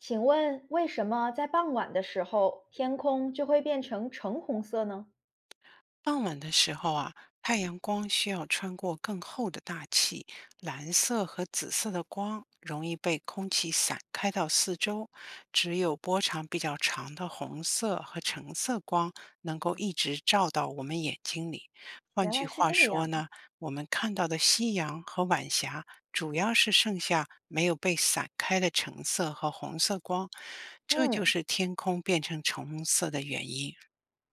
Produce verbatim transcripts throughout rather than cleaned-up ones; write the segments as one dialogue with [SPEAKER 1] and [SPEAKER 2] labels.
[SPEAKER 1] 请问为什么在傍晚的时候，天空就会变成橙红色呢？
[SPEAKER 2] 傍晚的时候啊，太阳光需要穿过更厚的大气，蓝色和紫色的光容易被空气散开到四周，只有波长比较长的红色和橙色光能够一直照到我们眼睛里。换
[SPEAKER 1] 原来
[SPEAKER 2] 句
[SPEAKER 1] 是
[SPEAKER 2] 话
[SPEAKER 1] 这
[SPEAKER 2] 说
[SPEAKER 1] 样。
[SPEAKER 2] 呢，我们看到的夕阳和晚霞主要是剩下没有被散开的橙色和红色光，这就
[SPEAKER 1] 嗯，
[SPEAKER 2] 是天空变成橙红色的原因。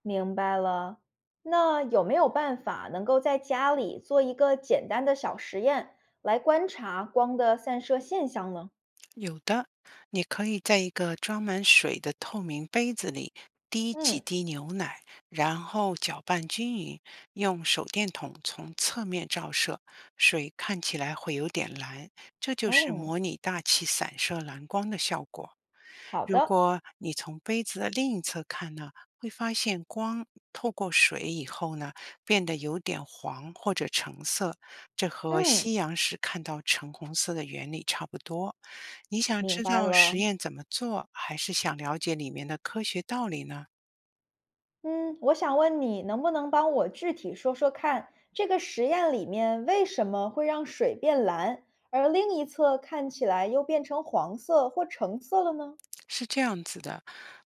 [SPEAKER 1] 明白了。那有没有办法能够在家里做一个简单的小实验，来观察光的散射现象呢？
[SPEAKER 2] 有的，你可以在一个装满水的透明杯子里滴几
[SPEAKER 1] 嗯，
[SPEAKER 2] 滴牛奶，然后搅拌均匀，用手电筒从侧面照射，水看起来会有点蓝，这就是
[SPEAKER 1] 哦，
[SPEAKER 2] 模拟大气散射蓝光的效果。
[SPEAKER 1] 好
[SPEAKER 2] 如
[SPEAKER 1] 的。
[SPEAKER 2] 果你从杯子的另一侧看呢，会发现光透过水以后呢，变得有点黄或者橙色，这和夕
[SPEAKER 1] 嗯，
[SPEAKER 2] 阳时看到橙红色的原理差不多。你想
[SPEAKER 1] 明
[SPEAKER 2] 知
[SPEAKER 1] 白
[SPEAKER 2] 道
[SPEAKER 1] 了。
[SPEAKER 2] 实验怎么做，还是想了解里面的科学道理呢？
[SPEAKER 1] 嗯，我想问你，能不能帮我具体说说看，这个实验里面为什么会让水变蓝，而另一侧看起来又变成黄色或橙色了呢？
[SPEAKER 2] 是这样子的，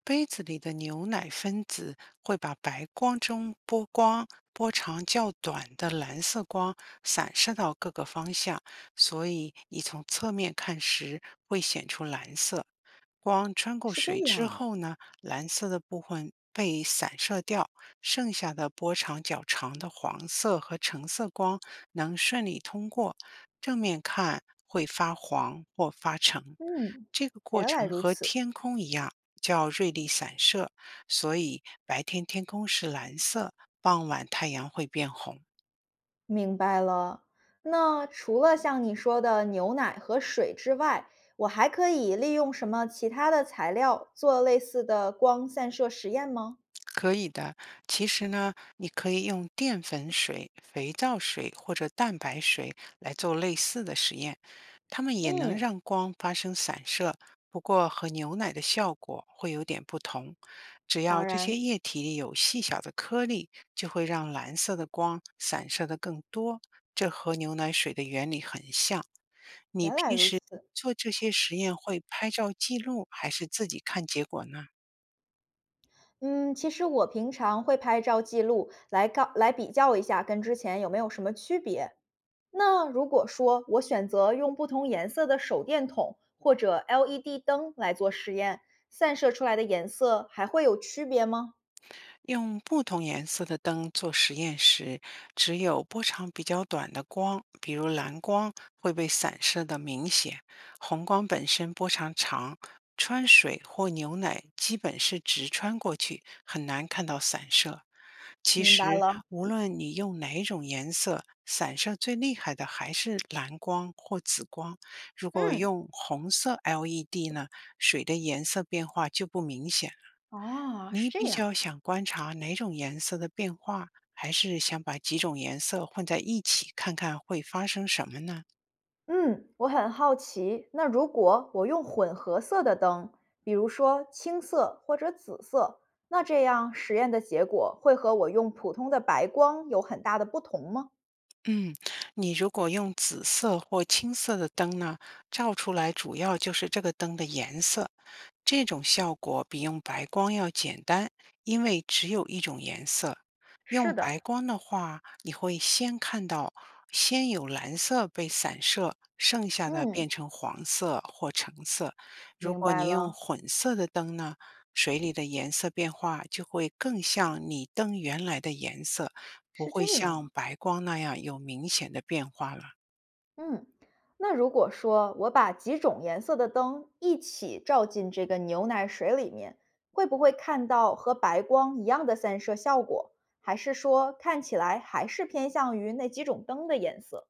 [SPEAKER 2] 杯子里的牛奶分子会把白光中波光波长较短的蓝色光散射到各个方向，所以你从侧面看时会显出蓝色。光穿过
[SPEAKER 1] 是这
[SPEAKER 2] 水
[SPEAKER 1] 样
[SPEAKER 2] 之
[SPEAKER 1] 啊，
[SPEAKER 2] 后呢，蓝色的部分被散射掉，剩下的波长较长的黄色和橙色光能顺利通过。正面看会发黄或发橙，
[SPEAKER 1] 嗯，
[SPEAKER 2] 这个过
[SPEAKER 1] 原来
[SPEAKER 2] 程
[SPEAKER 1] 如
[SPEAKER 2] 和
[SPEAKER 1] 此。
[SPEAKER 2] 天空一样，叫瑞丽散射，所以白天天空是蓝色，傍晚太阳会变红。
[SPEAKER 1] 明白了。那除了像你说的牛奶和水之外，我还可以利用什么其他的材料做类似的光散射实验吗？
[SPEAKER 2] 可以的，其实呢，你可以用淀粉水、肥皂水或者蛋白水来做类似的实验，它们也能
[SPEAKER 1] 嗯，
[SPEAKER 2] 让光发生散射，不过和牛奶的效果会有点不同。只
[SPEAKER 1] 当
[SPEAKER 2] 要这些
[SPEAKER 1] 然，
[SPEAKER 2] 液体里有细小的颗粒，就会让蓝色的光散射的更多。这和牛奶水的原理很像。你
[SPEAKER 1] 原来
[SPEAKER 2] 平
[SPEAKER 1] 如
[SPEAKER 2] 时
[SPEAKER 1] 此。
[SPEAKER 2] 做这些实验会拍照记录，还是自己看结果呢？
[SPEAKER 1] 嗯，其实我平常会拍照记录来告来比较一下，跟之前有没有什么区别。那如果说我选择用不同颜色的手电筒或者 L E D 灯来做实验，散射出来的颜色还会有区别吗？
[SPEAKER 2] 用不同颜色的灯做实验时，只有波长比较短的光，比如蓝光，会被散射的明显。红光本身波长长，穿水或牛奶基本是直穿过去，很难看到散射。其
[SPEAKER 1] 明白
[SPEAKER 2] 实，
[SPEAKER 1] 了。
[SPEAKER 2] 无论你用哪一种颜色，散射最厉害的还是蓝光或紫光。如果
[SPEAKER 1] 嗯，
[SPEAKER 2] 用红色 L E D 呢，水的颜色变化就不明显。
[SPEAKER 1] 啊，是
[SPEAKER 2] 你
[SPEAKER 1] 这
[SPEAKER 2] 比
[SPEAKER 1] 样。
[SPEAKER 2] 较想观察哪种颜色的变化，还是想把几种颜色混在一起看看会发生什么呢？
[SPEAKER 1] 嗯，我很好奇，那如果我用混合色的灯，比如说青色或者紫色，那这样实验的结果会和我用普通的白光有很大的不同吗？
[SPEAKER 2] 嗯，你如果用紫色或青色的灯呢，照出来主要就是这个灯的颜色，这种效果比用白光要简单，因为只有一种颜色。用
[SPEAKER 1] 是
[SPEAKER 2] 白
[SPEAKER 1] 的，
[SPEAKER 2] 光的话，你会先看到，先有蓝色被散射，剩下的变
[SPEAKER 1] 嗯，
[SPEAKER 2] 成黄色或橙色。如
[SPEAKER 1] 明
[SPEAKER 2] 果
[SPEAKER 1] 白
[SPEAKER 2] 你用
[SPEAKER 1] 了，
[SPEAKER 2] 混色的灯呢，水里的颜色变化就会更像你灯原来的颜色，不
[SPEAKER 1] 是这
[SPEAKER 2] 会像
[SPEAKER 1] 样。
[SPEAKER 2] 白光那样有明显的变化了。
[SPEAKER 1] 嗯，那如果说我把几种颜色的灯一起照进这个牛奶水里面，会不会看到和白光一样的散射效果？还是说看起来还是偏向于那几种灯的颜色？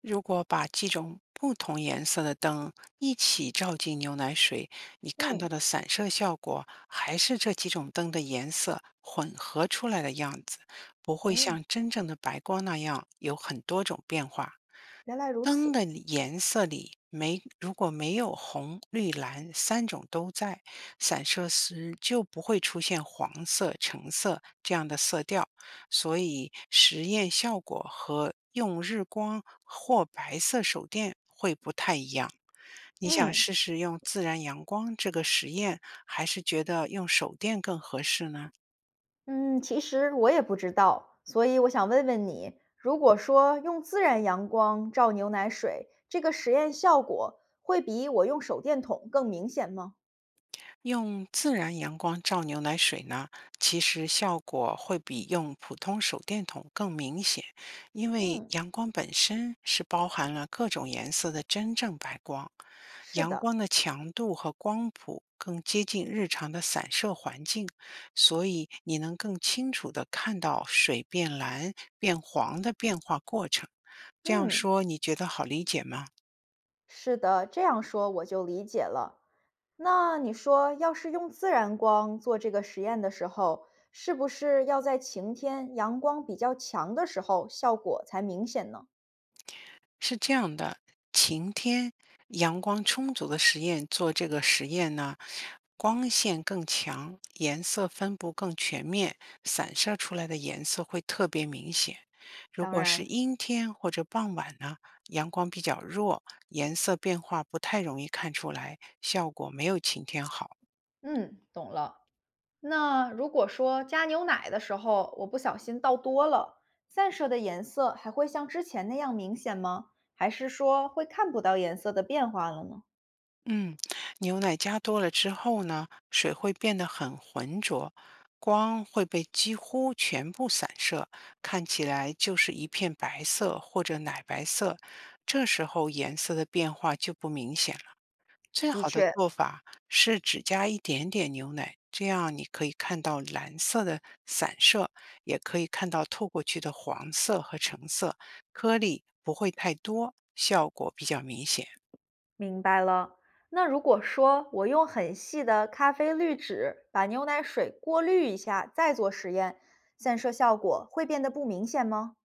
[SPEAKER 2] 如果把几种不同颜色的灯一起照进牛奶水，你看到
[SPEAKER 1] 嗯，
[SPEAKER 2] 的散射效果还是这几种灯的颜色混合出来的样子，不会
[SPEAKER 1] 哦，
[SPEAKER 2] 像真正的白光那样有很多种变化。
[SPEAKER 1] 原来如
[SPEAKER 2] 灯
[SPEAKER 1] 此。
[SPEAKER 2] 的颜色里没如果没有红、绿、蓝三种都在，散射时就不会出现黄色、橙色这样的色调，所以实验效果和用日光或白色手电会不太一样。你想
[SPEAKER 1] 嗯。
[SPEAKER 2] 试试用自然阳光这个实验，还是觉得用手电更合适呢？
[SPEAKER 1] 嗯，其实我也不知道，所以我想问问你，如果说用自然阳光照牛奶水，这个实验效果会比我用手电筒更明显吗？
[SPEAKER 2] 用自然阳光照牛奶水呢，其实效果会比用普通手电筒更明显，因为
[SPEAKER 1] 嗯，
[SPEAKER 2] 阳光本身是包含了各种颜色的真正白光，
[SPEAKER 1] 是
[SPEAKER 2] 阳
[SPEAKER 1] 的，
[SPEAKER 2] 光的强度和光谱更接近日常的散射环境，所以你能更清楚地看到水变蓝、变黄的变化过程。这样
[SPEAKER 1] 嗯，
[SPEAKER 2] 说，你觉得好理解吗？
[SPEAKER 1] 是的，这样说我就理解了。那你说，要是用自然光做这个实验的时候，是不是要在晴天阳光比较强的时候，效果才明显呢？
[SPEAKER 2] 是这样的，晴天、阳光充足的实验做这个实验呢，光线更强，颜色分布更全面，散射出来的颜色会特别明显。如
[SPEAKER 1] 当
[SPEAKER 2] 果是
[SPEAKER 1] 然，
[SPEAKER 2] 阴天或者傍晚呢，阳光比较弱，颜色变化不太容易看出来，效果没有晴天好。
[SPEAKER 1] 嗯，懂了。那如果说加牛奶的时候，我不小心倒多了，散射的颜色还会像之前那样明显吗？还是说会看不到颜色的变化了呢？
[SPEAKER 2] 嗯，牛奶加多了之后呢，水会变得很浑浊，光会被几乎全部散射，看起来就是一片白色或者奶白色。这时候颜色的变化就不明显了。最
[SPEAKER 1] 的
[SPEAKER 2] 好的
[SPEAKER 1] 确，
[SPEAKER 2] 做法是只加一点点牛奶，这样你可以看到蓝色的散射，也可以看到透过去的黄色和橙色，颗粒不会太多，效果比较明显。
[SPEAKER 1] 明白了。那如果说我用很细的咖啡滤纸把牛奶水过滤一下，再做实验，散射效果会变得不明显吗？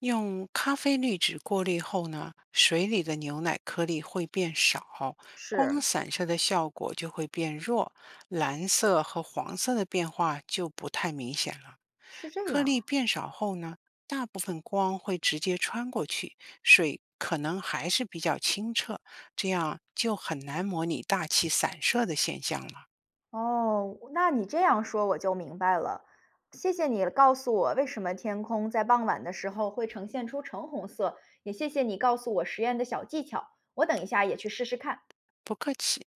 [SPEAKER 2] 用咖啡滤纸过滤后呢，水里的牛奶颗粒会变少，光
[SPEAKER 1] 是，
[SPEAKER 2] 散射的效果就会变弱，蓝色和黄色的变化就不太明显了。
[SPEAKER 1] 是这
[SPEAKER 2] 颗粒
[SPEAKER 1] 样。
[SPEAKER 2] 变少后呢，大部分光会直接穿过去，水可能还是比较清澈，这样就很难模拟大气散射的现象了。
[SPEAKER 1] 哦，那你这样说我就明白了。谢谢你告诉我为什么天空在傍晚的时候会呈现出橙红色，也谢谢你告诉我实验的小技巧，我等一下也去试试看。
[SPEAKER 2] 不客气。